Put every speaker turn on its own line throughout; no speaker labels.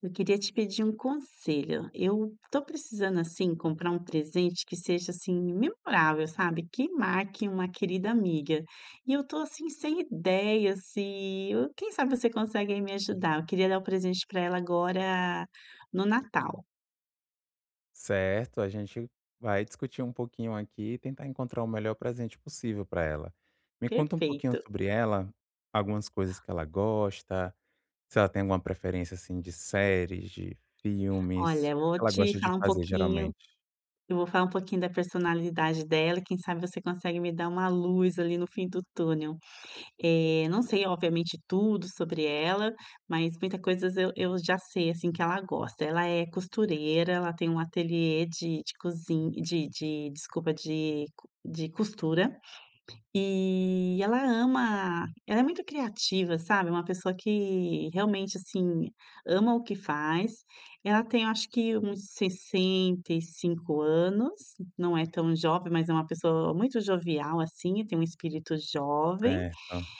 Eu queria te pedir um conselho. Eu tô precisando, assim, comprar um presente que seja, assim, memorável, sabe, que marque uma querida amiga. E eu tô, assim, sem ideias. E eu quem sabe você consegue aí me ajudar. Eu queria dar o presente para ela agora no Natal.
Certo, a gente vai discutir um pouquinho aqui e tentar encontrar o melhor presente possível para ela. Me conta um pouquinho
Perfeito.
sobre ela, algumas coisas que ela gosta, se ela tem alguma preferência assim de séries, de
Olha,
filmes,
eu
o que
vou
ela
te
gosta de
falar um
fazer
pouquinho
geralmente?
da personalidade dela, quem sabe você consegue me dar uma luz ali no fim do túnel. Não sei, obviamente, tudo sobre ela, mas muita coisas eu já sei, assim, que ela gosta. Ela é costureira, ela tem um ateliê de cozinha, de desculpa, de co de costura, e ela é muito criativa, sabe, uma pessoa que realmente, assim, ama o que faz. Ela tem, eu acho que uns 65 anos, não é tão jovem, mas é uma pessoa muito jovial, assim, tem um espírito jovem.
Certo.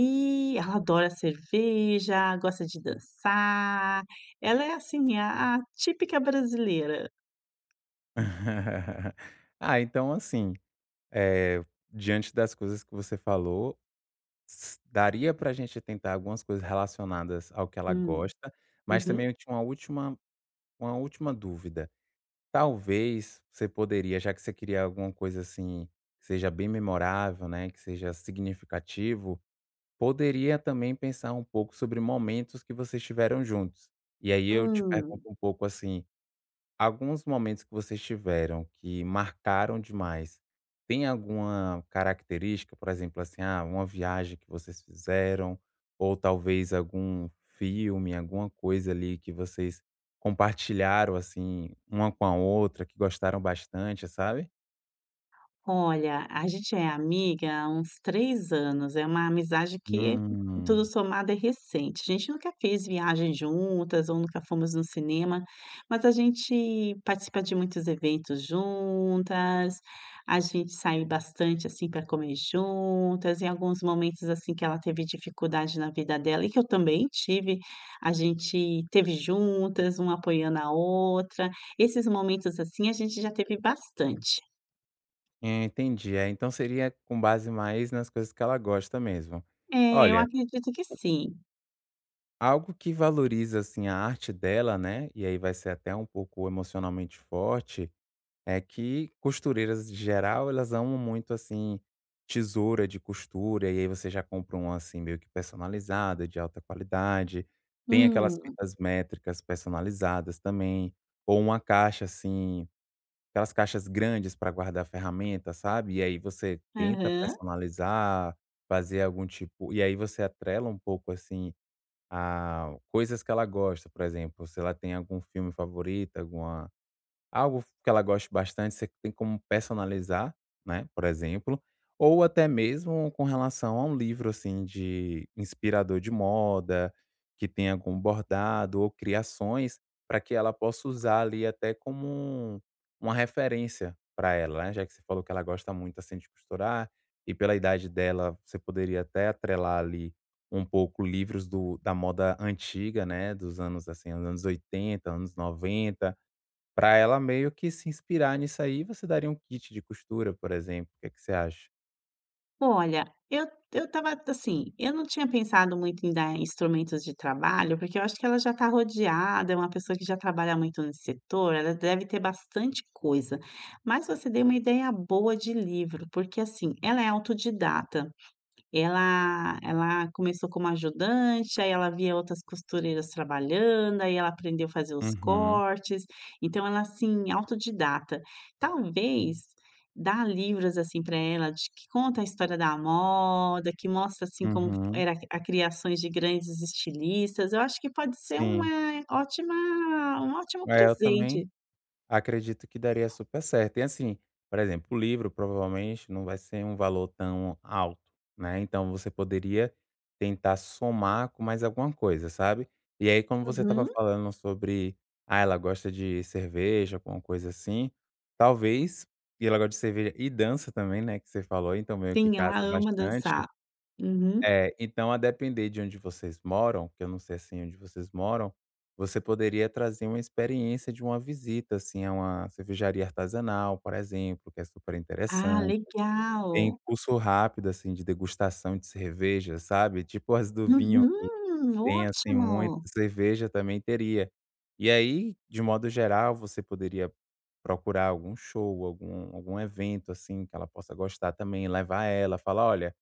E ela adora cerveja, gosta de dançar, ela é assim, a típica brasileira.
Ah, então assim, diante das coisas que você falou, daria para a gente tentar algumas coisas relacionadas ao que ela
Hum.
gosta, mas também
Uhum.
eu tinha uma última dúvida. Talvez você poderia, já que você queria alguma coisa assim que seja bem memorável, né, que seja significativo, poderia também pensar um pouco sobre momentos que vocês tiveram juntos. E aí eu te
Hum.
pergunto um pouco assim, alguns momentos que vocês tiveram que marcaram demais, tem alguma característica, por exemplo, assim, ah, uma viagem que vocês fizeram, ou talvez algum filme, alguma coisa ali que vocês compartilharam, assim, uma com a outra, que gostaram bastante, sabe?
Olha, a gente é amiga há uns 3 anos, é uma amizade que tudo
Hum,
somado é recente. A gente nunca fez viagem juntas ou nunca fomos no cinema, mas a gente participa de muitos eventos juntas, a gente sai bastante, assim, para comer juntas. Em alguns momentos, assim, que ela teve dificuldade na vida dela e que eu também tive, a gente teve juntas, uma apoiando a outra. Esses momentos, assim, a gente já teve bastante.
Entendi. É, então seria com base mais nas coisas que ela gosta mesmo.
É, eu
Olha,
acredito que sim.
algo que valoriza assim a arte dela, né? E aí vai ser até um pouco emocionalmente forte. É que costureiras de geral, elas amam muito, assim, tesoura de costura, e aí você já compra uma, assim, meio que personalizada, de alta qualidade. Tem aquelas
Hum,
fitas métricas personalizadas também, ou uma caixa, assim, aquelas caixas grandes para guardar ferramenta, sabe? E aí você tenta
aham.
personalizar, fazer algum tipo e aí você atrela um pouco, assim, a coisas que ela gosta, por exemplo, se ela tem algum filme favorito, alguma algo que ela goste bastante, você tem como personalizar, né, por exemplo, ou até mesmo com relação a um livro, assim, de inspirador de moda, que tem algum bordado ou criações, para que ela possa usar ali até como uma referência para ela, né, já que você falou que ela gosta muito, assim, de costurar, e pela idade dela, você poderia até atrelar ali um pouco livros do da moda antiga, né, dos anos, assim, anos 80, anos 90 para ela meio que se inspirar nisso aí, você daria um kit de costura, por exemplo, o que é que você acha?
Olha, eu eu estava assim, eu não tinha pensado muito em dar instrumentos de trabalho, porque eu acho que ela já está rodeada, é uma pessoa que já trabalha muito nesse setor, ela deve ter bastante coisa. Mas você deu uma ideia boa de livro, porque assim, ela é autodidata. Ela começou como ajudante, aí ela via outras costureiras trabalhando, aí ela aprendeu a fazer os
Uhum,
cortes, então ela, assim, autodidata. Talvez dar livros, assim, para ela de que conta a história da moda, que mostra, assim, como
uhum.
era a criações de grandes estilistas, eu acho que pode ser
Sim.
uma ótima um ótimo
É, eu também
presente.
acredito que daria super certo. E assim, por exemplo, o livro provavelmente não vai ser um valor tão alto, né? Então você poderia tentar somar com mais alguma coisa, sabe? E aí, como você estava
Uhum.
falando sobre, ah, ela gosta de cerveja, alguma coisa assim, talvez, e ela gosta de cerveja e dança também, né? Que você falou, então meio que
Sim, ela
casa
ama dançar.
bastante.
Uhum.
É, então a depender de onde vocês moram, que eu não sei, assim, onde vocês moram, você poderia trazer uma experiência de uma visita, assim, a uma cervejaria artesanal, por exemplo, que é super
Ah,
interessante. Tem
legal.
curso rápido, assim, de degustação de cerveja, sabe, tipo as do vinho que
Uhum,
tem, assim, muito,
ótimo.
cerveja também teria. E aí, de modo geral, você poderia procurar algum show, algum evento, assim, que ela possa gostar também, levar ela, falar: "Olha,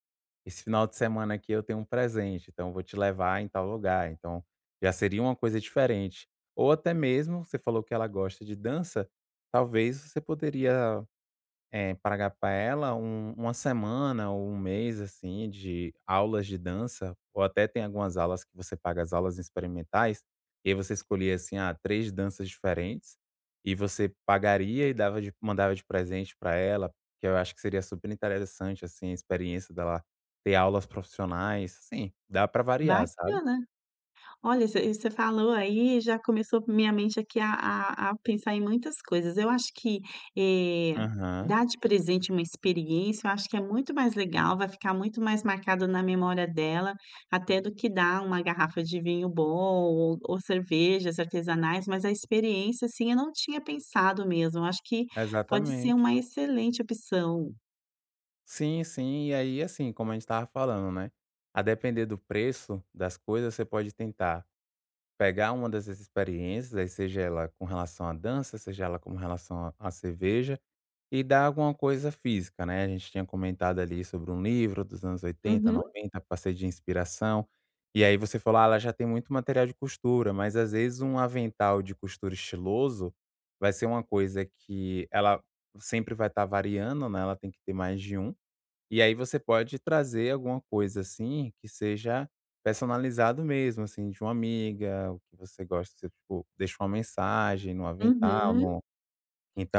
esse final de semana aqui eu tenho um presente, então eu vou te levar em tal lugar", então já seria uma coisa diferente. Ou até mesmo, você falou que ela gosta de dança, talvez você poderia pagar para ela uma semana ou 1 mês, assim, de aulas de dança, ou até tem algumas aulas que você paga as aulas experimentais, e aí você escolhia, assim, ah, 3 danças diferentes, e você pagaria e dava de mandava de presente para ela, que eu acho que seria super interessante, assim, a experiência dela ter aulas profissionais, assim, dá para variar, sabe.
Bacana. Olha, você falou aí, já começou minha mente aqui a pensar em muitas coisas. Eu acho que, eh,
Aham,
dar de presente uma experiência, eu acho que é muito mais legal, vai ficar muito mais marcado na memória dela, até do que dar uma garrafa de vinho bom ou cervejas artesanais, mas a experiência, assim, eu não tinha pensado mesmo. Eu acho que pode ser
exatamente.
uma excelente opção.
Sim, sim. E aí, assim, como a gente estava falando, né? A depender do preço das coisas, você pode tentar pegar uma dessas experiências, aí seja ela com relação à dança, seja ela com relação à cerveja, e dar alguma coisa física, né? A gente tinha comentado ali sobre um livro dos anos oitenta,
Uhum,
90, para ser de inspiração. E aí você falou, ah, ela já tem muito material de costura, mas às vezes um avental de costura estiloso vai ser uma coisa que ela sempre vai estar variando, né? Ela tem que ter mais de um. E aí você pode trazer alguma coisa, assim, que seja personalizado mesmo, assim, de uma amiga, o que você gosta, você, tipo, deixa uma mensagem no avental,
uhum.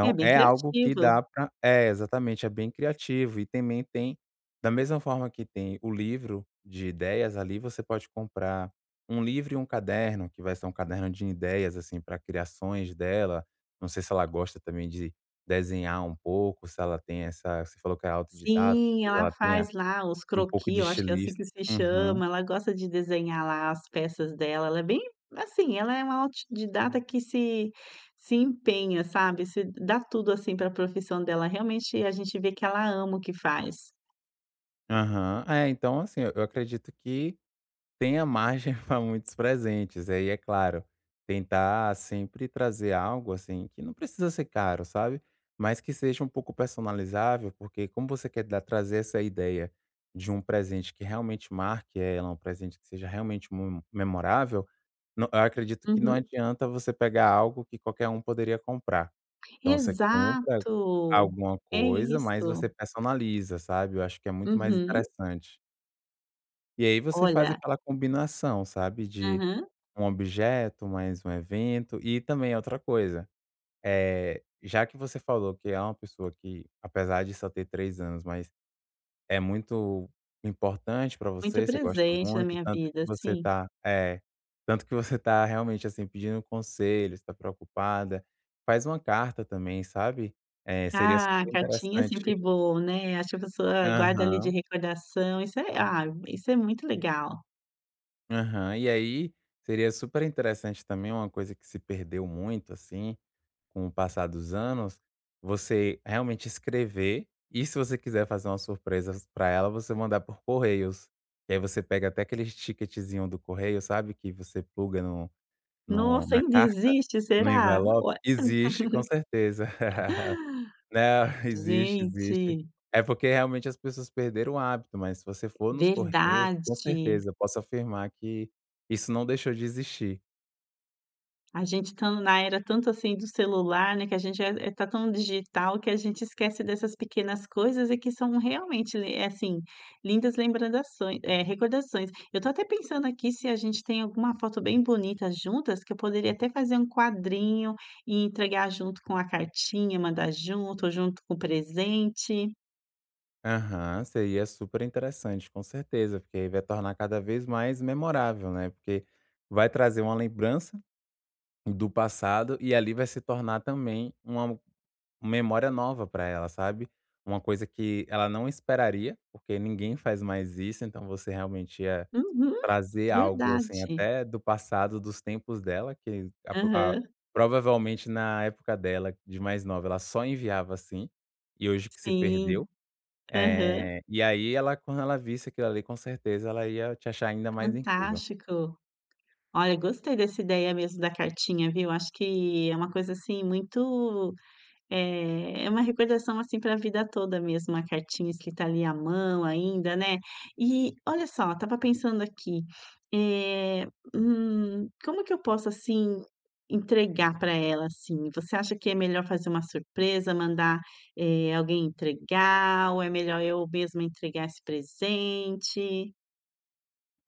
É bem
é algo que
criativo.
dá para é, exatamente, é bem criativo e também tem da mesma forma que tem o livro de ideias, ali você pode comprar um livro e um caderno, que vai ser um caderno de ideias, assim, para criações dela. Não sei se ela gosta também de desenhar um pouco, se ela tem essa você falou que é autodidata,
Sim,
mas
ela
ela tenha
faz lá os
um pouco
croquis,
de
eu acho que é assim
estilista.
que se
Uhum.
chama, ela gosta de desenhar lá as peças dela, ela é bem assim, ela é uma autodidata que se empenha, sabe, se dá tudo, assim, para a profissão dela, realmente a gente vê que ela ama o que faz.
Aham. É, então assim, eu acredito que tenha margem para muitos presentes. E aí, é claro, tentar sempre trazer algo, assim, que não precisa ser caro, sabe, mas que seja um pouco personalizável, porque como você quer dar trazer essa ideia de um presente que realmente marque ela, um presente que seja realmente mu memorável, não, eu acredito que não
Uhum.
adianta você pegar algo que qualquer um poderia comprar. Então você compra
Exato,
alguma
é
coisa, mas você
isso.
personaliza, sabe, eu acho que é muito mais
Uhum.
interessante. E aí você faz
Olha
aquela combinação, sabe, de
aham,
um objeto mais um evento. E também outra coisa, já que você falou que é uma pessoa que, apesar de só ter 3 anos, mas é muito importante pra
muito
você, você gosta
presente na
muito,
minha vida, sim.
tanto que você tá realmente, assim, pedindo conselhos, tá preocupada. Faz uma carta também, sabe. Seria
Ah,
super
cartinha é sempre
interessante.
bom, né, acho que a pessoa guarda ali de
Aham.
recordação, isso é ah, isso é muito legal.
Aham. E aí, seria super interessante também, uma coisa que se perdeu muito, assim, com o passar dos anos, você realmente escrever e se você quiser fazer uma surpresa para ela, você mandar por Correios. E aí você pega até aquele ticketzinho do correio, sabe, que você pluga no
Nossa,
na
ainda
carta,
existe,
no
será?
envelope.
Ué
Existe, com certeza. Não, existe, existe.
gente,
É porque realmente as pessoas perderam o hábito, mas se você for nos Correios, com
verdade.
certeza, eu posso afirmar que isso não deixou de existir.
A gente estando na era tanto assim do celular, né, que a gente tá tão digital que a gente esquece dessas pequenas coisas e que são realmente le é assim, lindas recordações. Eu tô até pensando aqui se a gente tem alguma foto bem bonita juntas, que eu poderia até fazer um quadrinho e entregar junto com a cartinha, mandar junto, ou junto com o presente.
Aham, seria super interessante, com certeza, porque aí vai tornar cada vez mais memorável, né? Porque vai trazer uma lembrança do passado e ali vai se tornar também uma memória nova para ela, sabe? Uma coisa que ela não esperaria, porque ninguém faz mais isso, então você realmente ia
Uhum,
trazer algo, assim,
verdade.
até do passado, dos tempos dela, que a pro a
Aham.
provavelmente na época dela, de mais nova, ela só enviava assim, e hoje que se
Sim.
perdeu.
Aham.
E aí ela, quando ela visse aquilo ali, com certeza ela ia te achar ainda mais incrível.
Fantástico. Olha, gostei dessa ideia mesmo da cartinha, viu. Acho que é uma coisa, assim, muito, é uma recordação, assim, para a vida toda mesmo, a cartinha escrita ali à mão ainda, né. E olha só, tava pensando aqui, eh, como que eu posso, assim, entregar para ela, assim? Você acha que é melhor fazer uma surpresa, mandar, alguém entregar ou é melhor eu mesma entregar esse presente?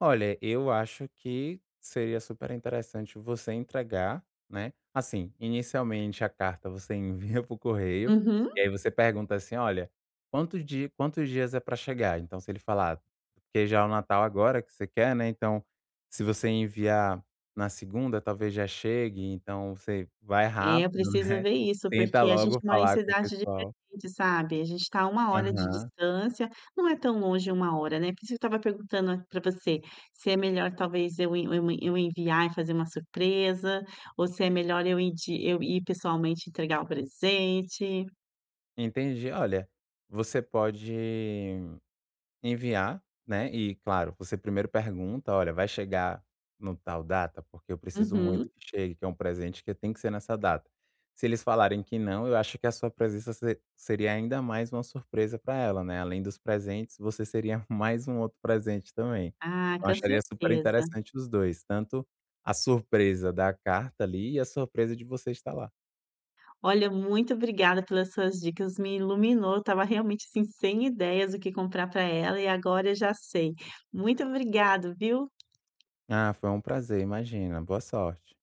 Olha, eu acho que seria super interessante você entregar, né? Assim, inicialmente a carta você envia para o correio,
Uhum.
e aí você pergunta assim: olha, quantos dias é para chegar? Então, se ele falar: "Ah, porque já é o Natal agora que você quer, né? Então, se você enviar na segunda, talvez já chegue, então você vai
É, eu
rápido,
preciso
né?
ver isso,
Tenta
porque a gente
logo
mora em
falar com o
cidades
pessoal".
diferentes, sabe. A gente está a uma hora de
Aham.
distância, não é tão longe uma hora, né. Por isso que eu estava perguntando para você, se é melhor talvez eu enviar e fazer uma surpresa, ou se é melhor eu ir pessoalmente entregar o presente.
Entendi. Olha, você pode. Enviar, né, e claro, você primeiro pergunta: "Olha, vai chegar no tal data? Porque eu preciso muito
Uhum.
que chegue, que é um presente que tem que ser nessa data". Se eles falarem que não, eu acho que a sua presença se seria ainda mais uma surpresa para ela, né, além dos presentes, você seria mais um outro presente também.
Ah,
Eu
com
acharia super
certeza.
interessante os 2, tanto a surpresa da carta ali e a surpresa de você estar lá.
Olha, muito obrigada pelas suas dicas, me iluminou, eu estava realmente, assim, sem ideias do que comprar para ela e agora eu já sei. Muito obrigado, viu.
"Ah, foi um prazer, imagina, boa sorte".